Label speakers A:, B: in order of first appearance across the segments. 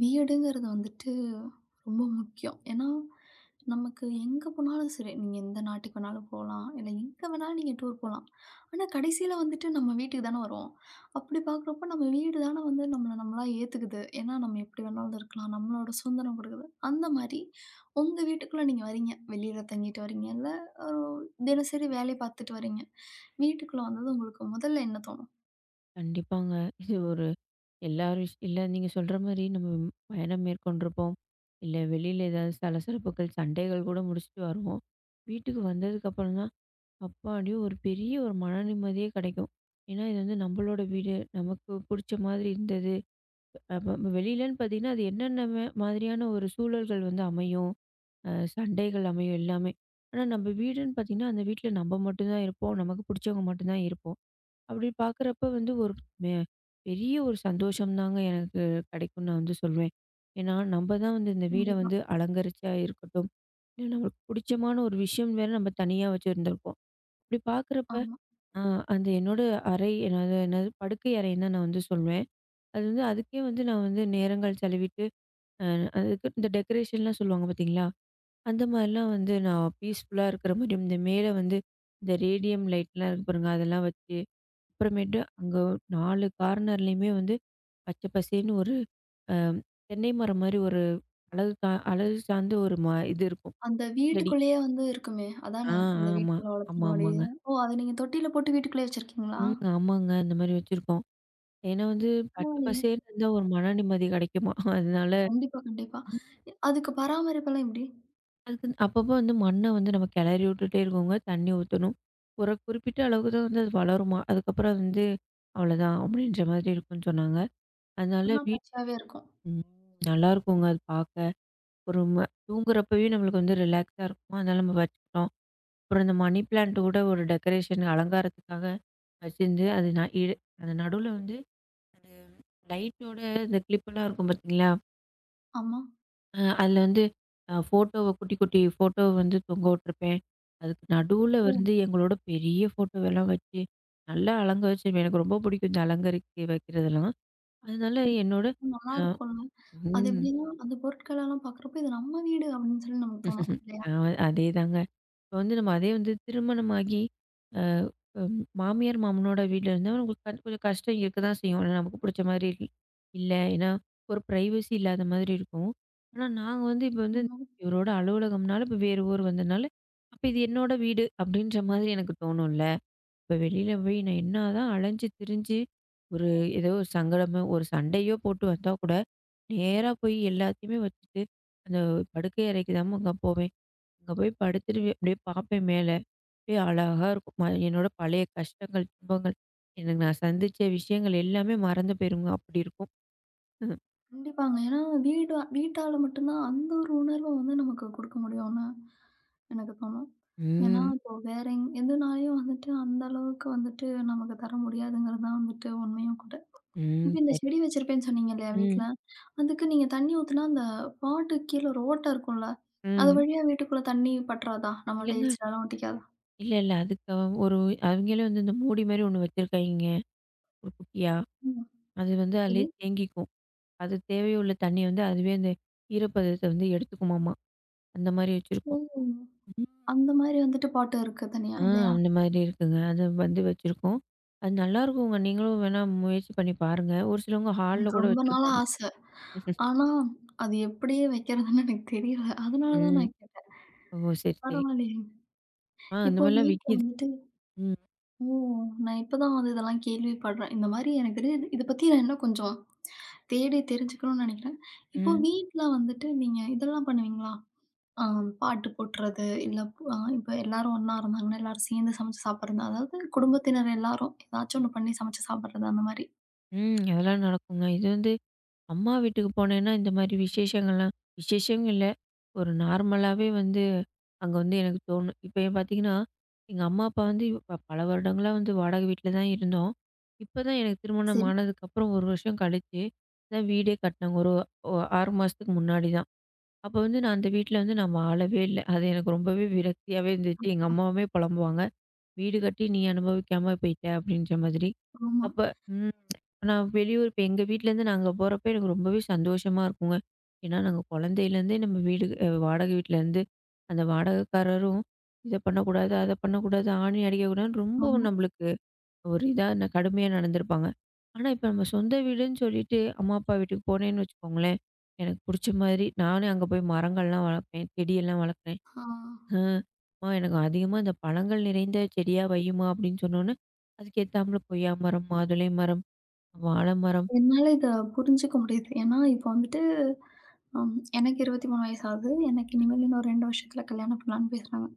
A: வீடுங்கிறது வந்துட்டு ரொம்ப முக்கியம். ஏன்னா, நமக்கு எங்க போனாலும் சரி, நீங்க எந்த நாட்டுக்கு வேணாலும் போலாம். இல்ல எங்க வேணாலும் நீங்க டூர் போலாம். ஆனா, கடைசியில வந்துட்டு நம்ம வீட்டுக்கு தானே வருவோம். அப்படி பார்க்குறப்போ நம்ம வீடு தானே வந்து நம்மள நம்மளா ஏத்துக்குது. ஏன்னா, நம்ம எப்படி வேணாலும் இருக்கலாம். நம்மளோட சுதந்திரம் கொடுக்குது. அந்த மாரி உங்க வீட்டுக்குள்ள நீங்க வரீங்க. வெளியில தங்கிட்டு வரீங்க. இல்ல ஒரு தினசரி வேலை பார்த்துட்டு வரீங்க. வீட்டுக்குள்ள வந்தது உங்களுக்கு முதல்ல என்ன தோணும்?
B: கண்டிப்பாங்க. இது ஒரு எல்லார் விஷ் இல்ல நீங்க சொல்ற மாரி நம்ம பயணம் மேற்கொண்டிருப்போம். இல்ல வெளியில ஏதாவது சலசலப்புகள், சண்டைகள் கூட முடிச்சுட்டு வருவோம். வீட்டுக்கு வந்ததுக்கு அப்புறம் தான், அப்பாடி! ஒரு பெரிய ஒரு மன நிம்மதியே கிடைக்கும். ஏன்னா, இது வந்து நம்மளோட வீடு. நமக்கு புடிச்ச மாதிரி இருந்தது. அப்ப நம்ம வெளியிலன்னு பார்த்தீங்கன்னா, அது என்னென்ன மாதிரியான ஒரு சூழல்கள் வந்து அமையும். சண்டைகள் அமையும் எல்லாமே. ஆனா, நம்ம வீடுன்னு பார்த்தீங்கன்னா, அந்த வீட்ல நம்ம மட்டும் தான் இருப்போம். நமக்கு புடிச்சவங்க மட்டும் தான் இருப்போம். அப்படி பார்க்குறப்ப வந்து ஒரு மெ பெரிய ஒரு சந்தோஷம் தாங்க எனக்கு கிடைக்கும்னு நான் வந்து சொல்வேன். ஏன்னா, நம்ம தான் வந்து இந்த வீட
A: கண்டிப்பா.
B: வந்து அலங்கரிச்சா இருக்கட்டும், இல்ல நம்மளுக்கு பிடிச்சமான ஒரு விஷயம் வேற நம்ம தனியா வச்சிருந்திருப்போம். அப்படி பார்க்குறப்ப
A: ஆமா.
B: அ அந்த என்னோட அறை என்னது என்னது படுக்கை அறைன்னு தான் நான் வந்து சொல்வேன். அது வந்து அதுக்கே வந்து நான் வந்து நேரங்கள் செலவிட்டு, அ அதுக்கு இந்த டெக்கரேஷன்லாம் சொல்லுவாங்க பார்த்தீங்களா? அந்த மாரிலாம் வந்து நான் பீஸ்ஃபுல்லா இருக்கிற மாரி, இந்த மேல வந்து இந்த ரேடியம் லைட்லாம் இருக்கு பாருங்க, அதெல்லாம் வச்சு, அப்புறமேட்டு அங்க 4 கார்னர்லயுமே வந்து பச்சை பசேல்ன்னு ஒரு அ தென்னை மரம் மாரி ஒரு அழகு சார்ந்த ஒரு இது இருக்கும்.
A: அந்த
B: செடி.
A: வீட்டுக்குள்ளேயே வந்து இருக்குமே!
B: ஆ
A: அதானே? இந்த
B: ஆமா.
A: வீட்டுக்குள்ள வளர்த்துற மாரி.
B: ஆமாமாங்க.
A: ஓ! அத நீங்க தொட்டில போட்டு வீட்டுக்குள்ளேயே வச்சிருக்கீங்களா?
B: ம். ஆமாங்க. அந்த மாரி வச்சிருக்கோம். ஏன்னா வந்து பச்சை
A: பரவாயில்லயே!
B: பசேல்ன்னு இருந்தா ஒரு மன நிம்மதி கிடைக்குமா. அதனால
A: கண்டிப்பா, கண்டிப்பா. அதுக்கு பராமரிப்பெல்லாம் எப்படி?
B: அதுக்கு அப்பப்போ வந்து மண்ண வந்து நம்ம கிளறி விட்டுட்டே இருக்கோங்க. தண்ணி ஊத்தணும். ஒரு குறிப்பிட்ட அளவுக்கு தான் வந்து அது வளருமா, அதுக்கப்புறம் வந்து அவ்வளோதான் அப்படின்ற மாதிரி இருக்கும்ன்னு சொன்னாங்க. அதனால
A: ஆனா
B: வீட்
A: பச்சையாவே இருக்கும்.
B: ம். நல்லாருக்குங்க அது பார்க்க. ஒரு ம தூங்குறப்பவே நம்மளுக்கு வந்து ரிலாக்ஸா இருக்குமா, அதனால நம்ம வச்சுக்கிட்டோம். அப்புறம் இந்த மணி பிளான்ட் கூட ஒரு டெக்கரேஷன் அலங்காரத்துக்காக வச்சிருந்து அது நான் இழு அந்த நடுவுல வந்து அந்த லைட்டோட இந்த கிளிப்பெல்லாம் இருக்கும் பார்த்தீங்களா?
A: ஆமா.
B: அதுல வந்து குட்டி ஃபோட்டோவ வந்து தொங்க விட்டுருப்பேன். அதுக்கு நடுவுல
A: ஓ!
B: வந்து எங்களோட பெரிய ஃபோட்டோவெல்லாம் வச்சு, நல்லா வச்சிருப்பேன். எனக்கு ரொம்ப பிடிக்கும் இந்த அலங்கரிக்க வைக்கிறதெல்லாம். அதனால
A: இது
B: என்னோட
A: நல்லா
B: அ
A: இருக்கும்ல. அது
B: ம்.
A: எப்படின்னா, அந்த பொருட்களெல்லாம் பார்க்குறப்போ, இது நம்ம வீடு அப்படின்னு சொல்லி நமக்கு தோணும். இல்லையா?
B: ஆமா அதேதாங்க. இப்போ வந்து நம்ம அதே வந்து திருமணமாகி அ ம் மாமியார், மாமனோட வீட்ல இருந்தா நமக்கு கண் கொஞ்சம் கஷ்டம் இருக்க தான் செய்யும். ஆனா, நமக்கு புடிச்ச மாரி இல் இல்ல. ஏன்னா, ஒரு பிரைவசி இல்லாத மாதிரி இருக்கும். ஆனா, நாங்க வந்து இப்ப வந்து
A: ம்.
B: இவரோட அலுவலகம்னால இப்ப வேறு ஊர் வந்தனால, அப்ப இது என்னோட வீடு அப்படின்ற மாதிரி எனக்கு தோணும்ல. இப்ப வெளியில போய் நான் என்னாதான் அலைஞ்சு திரிஞ்சு, ஒரு ஏதோ ஒரு சங்கடமோ, ஒரு சண்டையோ போட்டு வந்தா கூட, நேரா போய் எல்லாத்தையுமே வச்சுட்டு, அந்த படுக்கை அறைக்கு தான்மா அங்க போவேன். அங்க போய் படுத்துட்டு அப்படியே பார்ப்பேன் மேல. அப்படியே அழகா இருக்கும். என்னோட பழைய கஷ்டங்கள், துன்பங்கள், எனக்கு நான் சந்திச்ச விஷயங்கள் எல்லாமே மறந்து போயிருங்க. அப்படி இருக்கும்.
A: கண்டிப்பாங்க. ஏன்னா வீடு வீட்டால மட்டும் தான் அந்த ஒரு உணர்வ வந்து நமக்கு குடுக்க முடியும். எனக்கு தோணும். ஏன்னா,
B: ம்.
A: இப்போ வேற எதுனாலயும் வந்துட்டு அந்த அளவுக்கு வந்துட்டு நமக்கு தர முடியாதுங்கிறது தான் வந்துட்டு உண்மையும் கூட.
B: ம்.
A: இப்ப இந்த
B: சரி.
A: செடி வச்சிருப்பேன்னு சொன்னீங்க இல்லையா வீட்ல?
B: ம்.
A: அதுக்கு நீங்க தண்ணி ஊத்துனா அந்த பாட்டுக்கு கீழ ஒரு ஓட்ட இருக்கும்ல, அது
B: ம்.
A: வழியா வீட்டுக்குள்ள தண்ணி பற்றாதா? நம்ம
B: இல்லங்க.
A: டைல்ஸ்லலாம் ஒட்டிக்காதா?
B: இல்ல, இல்ல. அதுக்கு ஒரு அவங்களே வந்து இந்த மூடி மாரி ஒண்ணு வச்சிருக்காய்ங்க, ஒரு குட்டியா.
A: ம்.
B: அது வந்து
A: சரி.
B: அதிலேயே தேங்கிக்கும். அது தேவையுள்ள தண்ணிய வந்து அதுவே அந்த ஈரப்பதத்த வந்து எடுத்துக்குமாமா. அந்த மாரி
A: ஓ!
B: வச்சிருக்கோம். ம்.
A: அந்த மாரி வந்துட்டு பாட்டு இருக்கு தனியா
B: ஆ
A: இல்லையா?
B: அந்த மாதிரி இருக்குங்க. அது வந்து வச்சிருக்கோம். அது நல்லாருக்குங்க. நீங்களும் வேணா முயற்சி பண்ணி பாருங்க. ஒரு சிலவங்க ஹால்ல
A: எனக்கு
B: கூட
A: ரொம்ப நாளா
B: வச்சிருப்பாங்க.
A: ஆச. ஆனா, அது எப்படியே வைக்கிறதுன்னு எனக்கு தெரியல. அதனால தான்
B: ம்.
A: நான் கேட்டேன்.
B: ஓ! சரி, சரி.
A: பரவாயில்லையே!
B: அந்த
A: இப்போ
B: மாரிலாம்
A: வீட்ல
B: விக்கிது.
A: வந்துட்டு
B: ம்,
A: ஓ! நான் இப்ப தான் வந்து இதெல்லாம் கேள்விப்படுறேன். இந்த மாரி எனக்கு தெரியாது. இத பத்தி நான் இன்னும் கொஞ்சம் தேடி தெரிஞ்சுக்கணும்னு நெனைக்கிறேன். இப்போ
B: ம்,
A: வீட்ல வந்துட்டு நீங்க இதெல்லாம் பண்ணுவீங்களா? அ பாட்டு போட்டுறது, இல்ல இப்ப எல்லாரும் ஒண்ணா இருந்தாங்கன்னா, எல்லாரும் சேர்ந்து சமைச்சு சாப்பிடுறது. அதாவது குடும்பத்தினர் எல்லாரும் ஏதாச்சும் ஒண்ணு பண்ணி சமைச்சு சாப்பிடுறது அந்த மாரி.
B: ம். அதெல்லாம் நடக்குங்க. இது வந்து அம்மா வீட்டுக்கு போனேன்னா, இந்த மாரி விசேஷங்கள்லாம் விசேஷம் இல்ல. ஒரு நார்மலாவே வந்து அங்க வந்து எனக்கு தோணும். இப்ப ஏன் பார்த்தீங்கன்னா, எங்க அம்மா, அப்பா வந்து பல வருடங்களா வந்து வாடகை வீட்ல தான் இருந்தோம். இப்பதான் எனக்கு திருமணம்
A: சரி.
B: ஆனதுக்கப்புறம் 1 வருஷம் கழிச்சு, தான் வீடே கட்டினாங்க. ஒரு ஒ 6 மாசத்துக்கு முன்னாடி தான். அப்ப வந்து நான் அந்த வீட்ல வந்து நான் வாழவே இல்ல. அது எனக்கு ரொம்பவே விரக்தியாவே இருந்துச்சு. எங்க அம்மாவுமே புலம்புவாங்க. வீடு கட்டி நீ அனுபவிக்காம போயிட்ட அப்படின்ற மாதிரி.
A: ஆமா,
B: அப்ப ம். நான் வெளியூர் இப்ப எங்க வீட்லேருந்து நாங்க போறப்ப எனக்கு ரொம்பவே சந்தோஷமா இருக்குங்க. ஏன்னா நாங்க குழந்தையிலேருந்தே நம்ம வீடு வாடகை வீட்லேருந்து அந்த வாடகைக்காரரும் இத பண்ணக்கூடாது, அத பண்ணக்கூடாது, ஆணி அடிக்கக்கூடாதுன்னு ரொம்பவும்
A: ஆமா.
B: நம்மளுக்கு ஒரு இதா கடுமையா நடந்துருப்பாங்க. ஆனா இப்ப நம்ம சொந்த வீடுன்னு சொல்லிட்டு அம்மா, அப்பா வீட்டுக்கு போனேன்னு வச்சுக்கோங்களேன், எனக்கு புடிச்ச மாதிரி நானே அங்க போய் மரங்கள்லாம் வளர்ப்பேன், செடியெல்லாம் வளர்க்குறேன்.
A: ஆ
B: ஆ. "அம்மா எனக்கு அதிகமா இந்த பழங்கள் நிறைந்த செடியா வையுமா" அப்படின்னு சொன்னோன்னே, அதுக்கு ஏத்தாப்புல கொய்யா மரம், மாதுளை மரம், வாழை மரம்.
A: என்னால இத புரிஞ்சுக்க முடியுது. ஏன்னா, இப்ப வந்துட்டு ஆமா. எனக்கு 23 வயசு ஆகுது. எனக்கு இனிமேல் இன்னும் 2 வருஷத்துல கல்யாணம் பண்ணலான்னு பேசுறாங்க.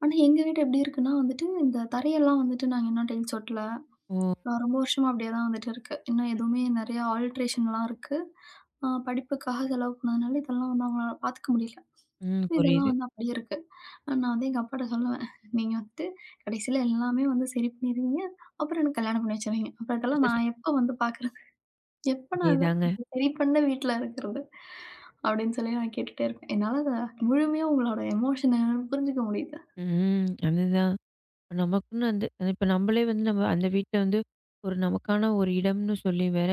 A: ஆனா, எங்க வீடு எப்படி இருக்குன்னா வந்துட்டு, இந்த தரையெல்லாம் வந்துட்டு நாங்க இன்னும் டைல்ஸ் ஒட்டல.
B: ஓ!
A: ரொம்ப வருஷமா அப்படியே தான் வந்துட்டு இருக்கு. இன்னும்
B: ம்.
A: எதுவுமே நெறைய ஆல்ட்ரேஷன்லாம் இருக்கு. படிப்புக்காக செலவு பண்ணதுனால இதெல்லாம் வந்து அவங்களால பாத்துக்க முடியல.
B: ம்.
A: So இதெல்லாம்
B: புரியுது.
A: வந்து அப்படியே இருக்கு. நான் வந்து எங்க அப்பாட்ட சொல்லுவேன். நீங்க வந்துட்டு கடைசியில எல்லாமே வந்து சரி பண்ணிருவீங்க. அப்புறம் எனக்கு கல்யாணம் பண்ணி வச்சுருவீங்க. அப்புறம் இதெல்லாம் நான் எப்ப வந்து பாக்குறது? எப்ப நான்
B: அதேதாங்க.
A: அத சரி பண்ண வீட்ல இருக்கிறது. அப்படின்னு சொல்லி நான் கேட்டுட்டே இருப்பேன். என்னால அத முழுமையா உங்களோட எமோஷன புரிஞ்சுக்க முடியுது.
B: ம். அதுதான். நமக்குன்னு இப்ப நம்மளே வந்து நம்ம அந்த வீட்ல வந்து நமக்கான ஒரு இடம்னு சொல்லி வேற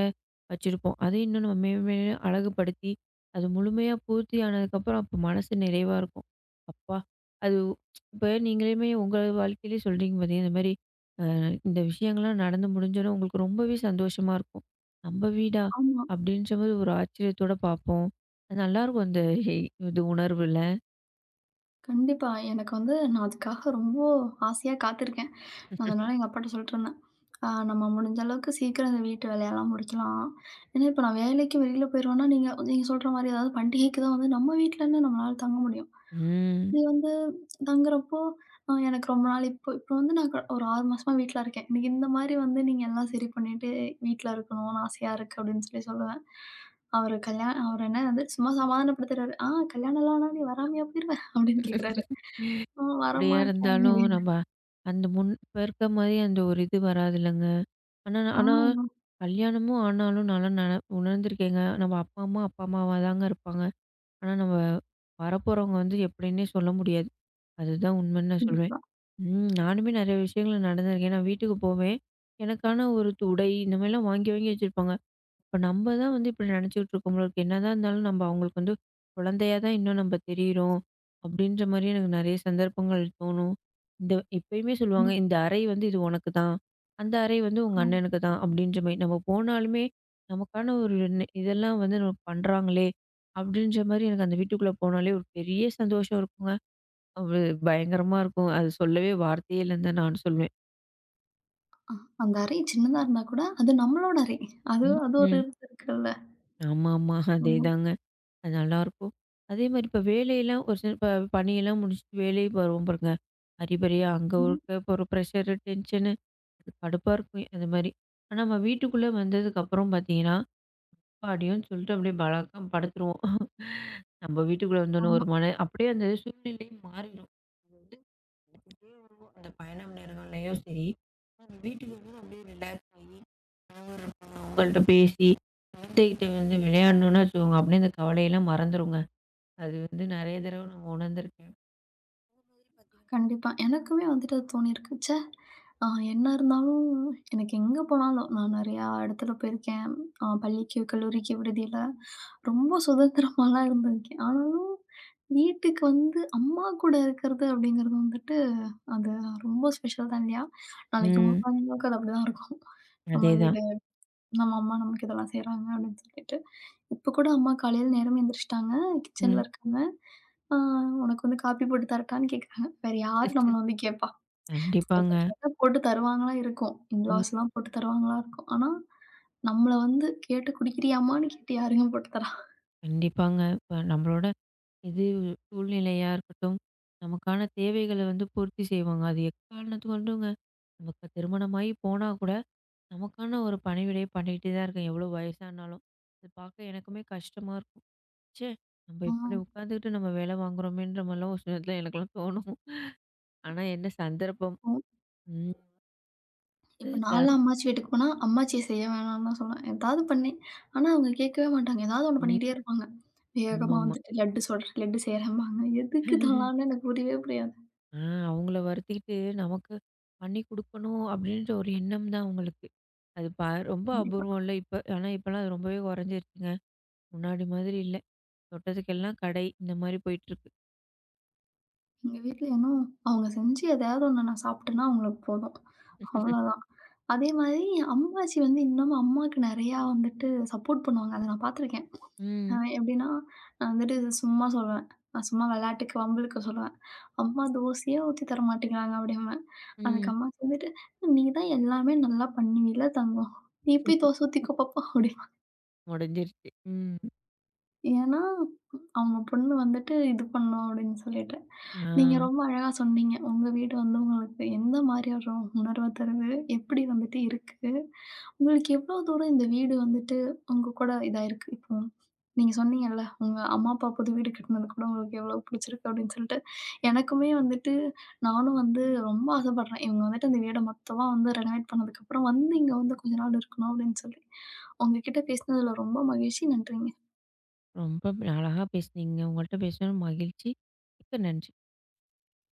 B: வச்சிருப்போம். அது இன்னும் நம்ம மேலும் மேலும் அழகுபடுத்தி, அது முழுமையா பூர்த்தி ஆனதுக்கப்புறம் அப்ப மனசு நிறைவா இருக்கும். அப்பா! அது இப்ப நீங்களுமே உங்க வாழ்க்கையிலே சொல்றீங்க பார்த்தீங்கன்னா, இந்த மாரி அ இந்த விஷயங்கள்லாம் நடந்து முடிஞ்சோனே உங்களுக்கு ரொம்பவே சந்தோஷமா இருக்கும். "நம்ம வீடா?"
A: ஆமா.
B: அப்படின்ற மாரி ஒரு ஆச்சரியத்தோட பார்ப்போம். அது நல்லாருக்கும் அந்த இது உணர்வுல.
A: கண்டிப்பா. எனக்கு வந்து நான் அதுக்காக ரொம்ப ஆசையா காத்திருக்கேன். நான் அதனால எங்க அப்பாட்ட சொல்லிட்டு இருந்தேன். நம்ம முடிஞ்ச அளவுக்கு சீக்கிரம் இந்த வீட்டு வேலையெல்லாம் முடிக்கலாம். ஏன்னா இப்ப நான் வேலைக்கு வெளியில போயிருவேன்னா, நீங்க நீங்க சொல்ற மாரி ஏதாவது பண்டிகைக்கு தான் வந்து நம்ம வீட்ல என்ன நம்மளால தங்க முடியும்."
B: ம்.
A: இது வந்து தங்குறப்போ, எனக்கு ரொம்ப நாள் இப்போ இப்போ வந்து நான் ஒரு 6 மாசமா வீட்ல இருக்கேன். எனக்கு இந்த மாரி வந்து நீங்க எல்லாம் சரி பண்ணிட்டு வீட்ல இருக்கணும்னு ஆசையா இருக்கு அப்படின்னு சொல்லி சொல்லுவேன். அவரு அவரு என்ன வந்து சும்மா சமாதானப்படுத்துறாரு. "ஆ கல்யாணம்லாம் ஆனா நீ வராமயா போயிருவ?" அப்படின்னு கேட்குறாரு. "ஆ
B: அப்படியா
A: வரமாட்டேன்"
B: இருந்தாலும்
A: அப்படின்னு.
B: நம்ம அந்த முன் இப்ப இருக்க மாரி அந்த ஒரு இது வராதுல்லங்க. ஆனா
A: ஆ
B: ஆனா கல்யாணமும் ஆனாலும் நல்லா நென உணர்ந்திருக்கேங்க. நம்ம அப்பா, அம்மா அம்மாவா தாங்க இருப்பாங்க. ஆனா நம்ம வரப்போறவங்க வந்து எப்படின்னே சொல்ல முடியாது. அதுதான் உண்மைன்னு நான் சொல்வேன்.
A: கண்டிப்பா,
B: ம். நானுமே நெறைய விஷயங்கள் நடந்திருக்கேன். நான் வீட்டுக்கு போவேன். எனக்கான ஒரு உடை இந்த மாரிலாம் வாங்கி, வாங்கி வச்சிருப்பாங்க. இப்ப நம்ம தான் வந்து இப்படி நெனச்சுக்கிட்டு இருக்கோம் போல இருக்கு. என்னதான் இருந்தாலும் நம்ம அவங்களுக்கு வந்து குழந்தையா தான் இன்னும் நம்ம தெரியிறோம். அப்படின்ற மாரி எனக்கு நெறைய சந்தர்ப்பங்கள் தோணும். இந்த இப்பயுமே சொல்லுவாங்க,
A: கண்டிப்பா.
B: "இந்த அறை வந்து இது உனக்கு தான். அந்த அறை வந்து உங்க அண்ணனுக்கு தான்." அப்படின்ற மாரி. நம்ம போனாலுமே நமக்கான ஒரு நெ இதெல்லாம் வந்து நம்ம பண்றாங்களே! அப்படின்ற மாரி எனக்கு அந்த வீட்டுக்குள்ள போனாலே ஒரு பெரிய சந்தோஷம் இருக்குங்க. அது பயங்கரமா இருக்கும். அது சொல்லவே வார்த்தையே இல்லன்னு தான் நான் சொல்வேன்.
A: அந்த அறை சின்னதா இருந்தா கூட, அது நம்மளோட அறை. அது
B: ம்,
A: அது ஒரு
B: ம்.
A: இது இருக்குல்ல.
B: ஆமா, ஆமா. அதேதாங்க. அது நல்லாயிருக்கும். அதே மாரி இப்ப வேலையெல்லாம் ஒரு சில இப்ப பணியெல்லாம் முடிச்சுட்டு வேலைக்கு வருவோம் பாருங்க. அரிபரியா அங்க இருக்க ஒரு ப்ரெஷரு, டென்ஷனு அது கடுப்பா இருக்கும். அது மாரி. ஆனா நம்ம வீட்டுக்குள்ள வந்ததுக்கப்புறம் பார்த்தீங்கன்னா, அப்பாடியோன்னு சொல்லிட்டு அப்படியே பலாக்கான்னு படுத்துருவோம். நம்ம வீட்டுக்குள்ள வந்தோனே
A: ஆமா.
B: ஒரு மன அப்படியே அந்த சூழ்நிலையும் மாறிடும். அப்படியே வந்து அந்த பயணம் நேரங்கள்லயும் சரி, நம்ம வீட்டுக்கு வந்து அப்படியே ரிலாக்ஸ் ஆயி, கணவர் இருப்பாங்க, அவங்கள்ட்ட பேசி, குழந்தைகிட்ட வந்து விளையாடணும்னு வச்சுக்கோங்க, அப்படியே அந்த கவலையெல்லாம் மறந்துருங்க. அது வந்து நெறைய தடவ நான் உணர்ந்திருக்கேன். அதே மாதிரி பார்த்தீங்கன்னா
A: கண்டிப்பா. எனக்குமே வந்துட்டு அது தோணியிருக்கு. ச்சே! அ என்ன இருந்தாலும் எனக்கு எங்க போனாலும் நான் நெறையா இடத்துல போயிருக்கேன். பள்ளிக்கு, கல்லூரிக்கு, விடுதியில ரொம்ப சுதந்திரமாலாம் இருந்திருக்கேன். ஆனாலும் வீட்டுக்கு வந்து அம்மா கூட இருக்கிறது அப்படிங்கிறது வந்துட்டு அது ரொம்ப ஸ்பெஷல் தான் இல்லையா? நாளைக்கு உங்க
B: ம்.
A: குழந்தைங்களுக்கும் அது அப்படிதான் இருக்கும். நம்ம
B: அதேதான்.
A: வீடு. நம்ம அம்மா நமக்கு இதெல்லாம் செய்றாங்க அப்படின்னு சொல்லிட்டு. இப்ப கூட அம்மா காலையில நேரமே எந்திரிச்சுட்டாங்க.
B: ம்.
A: கிச்சன்ல இருக்காங்க. ஆ "உனக்கு வந்து காப்பி போட்டு தரட்டான்னு?" கேட்குறாங்க. வேற யாரு நம்மள வந்து கேட்பா? இப்ப
B: கண்டிப்பாங்க.
A: கேட்டா போட்டு தருவாங்களா இருக்கும்.
B: ம்.
A: இன்லாஸ்லாம் போட்டு தருவாங்களா இருக்கும். ஆனா, நம்மள வந்து கேட்டு குடிக்கிறியாம்மான்னு கேட்டு யாருங்க போட்டு தரா?
B: கண்டிப்பாங்க. இப்ப நம்மளோட இது சூழ்நிலையா இருக்கட்டும், நமக்கான தேவைகள வந்து பூர்த்தி செய்வாங்க. அது எக்காரணத்துக்கு கொண்டுங்க நமக்கு திருமணமாகி போனா கூட நமக்கான ஒரு பணிவிடை பண்ணிக்கிட்டே தான் இருக்கேன். எவ்வளோ வயசானாலும். அது பார்க்க எனக்குமே கஷ்டமா இருக்கும். ச்சே! நம்ம
A: ஆ
B: இப்படி உட்காந்துக்கிட்டு நம்ம வேலை வாங்குறோமேன்ற மாரிலாம் ஒரு சில நேரத்துல எனக்கெல்லாம் தோணும். ஆனா என்ன சந்தர்ப்பம். ம்.
A: இப்போ
B: இதா
A: நான்லாம்
B: இருக்கும்.
A: அம்மாச்சி வீட்டுக்கு போனா, அம்மாச்சிய செய்ய வேணாம்னு தான் சொல்லுவேன். ஏதாவது பண்ணு. ஆனா அவங்க கேட்கவே மாட்டாங்க. ஏதாவது ஒண்ணு
B: ம்.
A: பண்ணிக்கிட்டே இருப்பாங்க. வேகமா
B: ஆமாமா.
A: வந்துட்டு லட்டு சுடுறேன், லட்டு செய்றேன்பாங்க. எதுக்கு இதெல்லாம்னு எனக்கு புரியவே புரியாது.
B: ஆ அவங்கள வருத்திக்கிட்டு நமக்கு பண்ணி குடுக்கணும் அப்படின்ற ஒரு எண்ணம் தான் அவங்களுக்கு. அது ப ரொம்ப
A: கண்டிப்பா.
B: அபூர்வம்ல இப்ப. ஆனா இப்பலாம் அது ரொம்பவே குறைஞ்சிருச்சுங்க. முன்னாடி மாதிரி இல்ல. தொட்டதுக்கெல்லாம் கடை இந்த மாரி போயிட்டுருக்கு.
A: எங்க வீட்ல ஏன்னா, அவங்க செஞ்சு எதையாவது ஒண்ணு நான் சாப்பிட்டேன்னா அவங்களுக்கு போதும். அவ்வளோதான். அதே மாதிரி அம்மாச்சி வந்து இன்னமும் அம்மாக்கு நெறையா வந்துட்டு சப்போர்ட் பண்ணுவாங்க. அத நான் பார்த்துருக்கேன்.
B: ம்.
A: எப்படின்னா, நான் வந்துட்டு இது சும்மா சொல்லுவேன். நான் சும்மா விளையாட்டுக்கு வம்புளுக்க சொல்லுவேன். "அம்மா தோசையே ஊத்தி தர மாட்டேங்கிறாங்க" அப்படிம்பேன். அதுக்கு
B: ம்.
A: அம்மாச்சி வந்துட்டு, "நீ தான் எல்லாமே நல்லா பண்ணுவீல தங்கம். நீ போய் தோசை ஊத்திக்கோ பாப்பா" அப்படின்
B: முடிஞ்சிருச்சு. ம்.
A: ஏன்னா, அவங்க பொண்ணு வந்துட்டு இது பண்ணும் அப்படின்னு சொல்லிட்டு. நீங்க
B: ஆ.
A: ரொம்ப அழகா சொன்னீங்க. உங்க வீடு வந்து உங்களுக்கு எந்த மாரி ஒரு உணர்வ தருது? எப்படி வந்துட்டு இருக்கு? உங்களுக்கு எவ்வளோ தூரம் இந்த வீடு வந்துட்டு உங்க கூட இதா இருக்கு? இப்போ நீங்க சொன்னீங்கல்ல, உங்க அம்மா, அப்பா புது வீடு கட்டுனது கூட உங்களுக்கு எவ்வளோ பிடிச்சிருக்கு அப்படின்னு சொல்லிட்டு. எனக்குமே வந்துட்டு நானும் வந்து ரொம்ப ஆசைப்படுறேன். இவங்க வந்துட்டு இந்த வீட மொத்தமா வந்து ரெனோவேட் பண்ணதுக்கப்புறம் வந்து இங்க வந்து கொஞ்ச நாள் இருக்கணும் அப்படின்னு சொல்லி. உங்க கிட்ட பேசினதுல ரொம்ப மகிழ்ச்சி. நன்றிங்க.
B: ரொம்ப அழகா பேசுனீங்க. உங்கள்ட்ட பேசினது மகிழ்ச்சி. மிக்க நன்றி.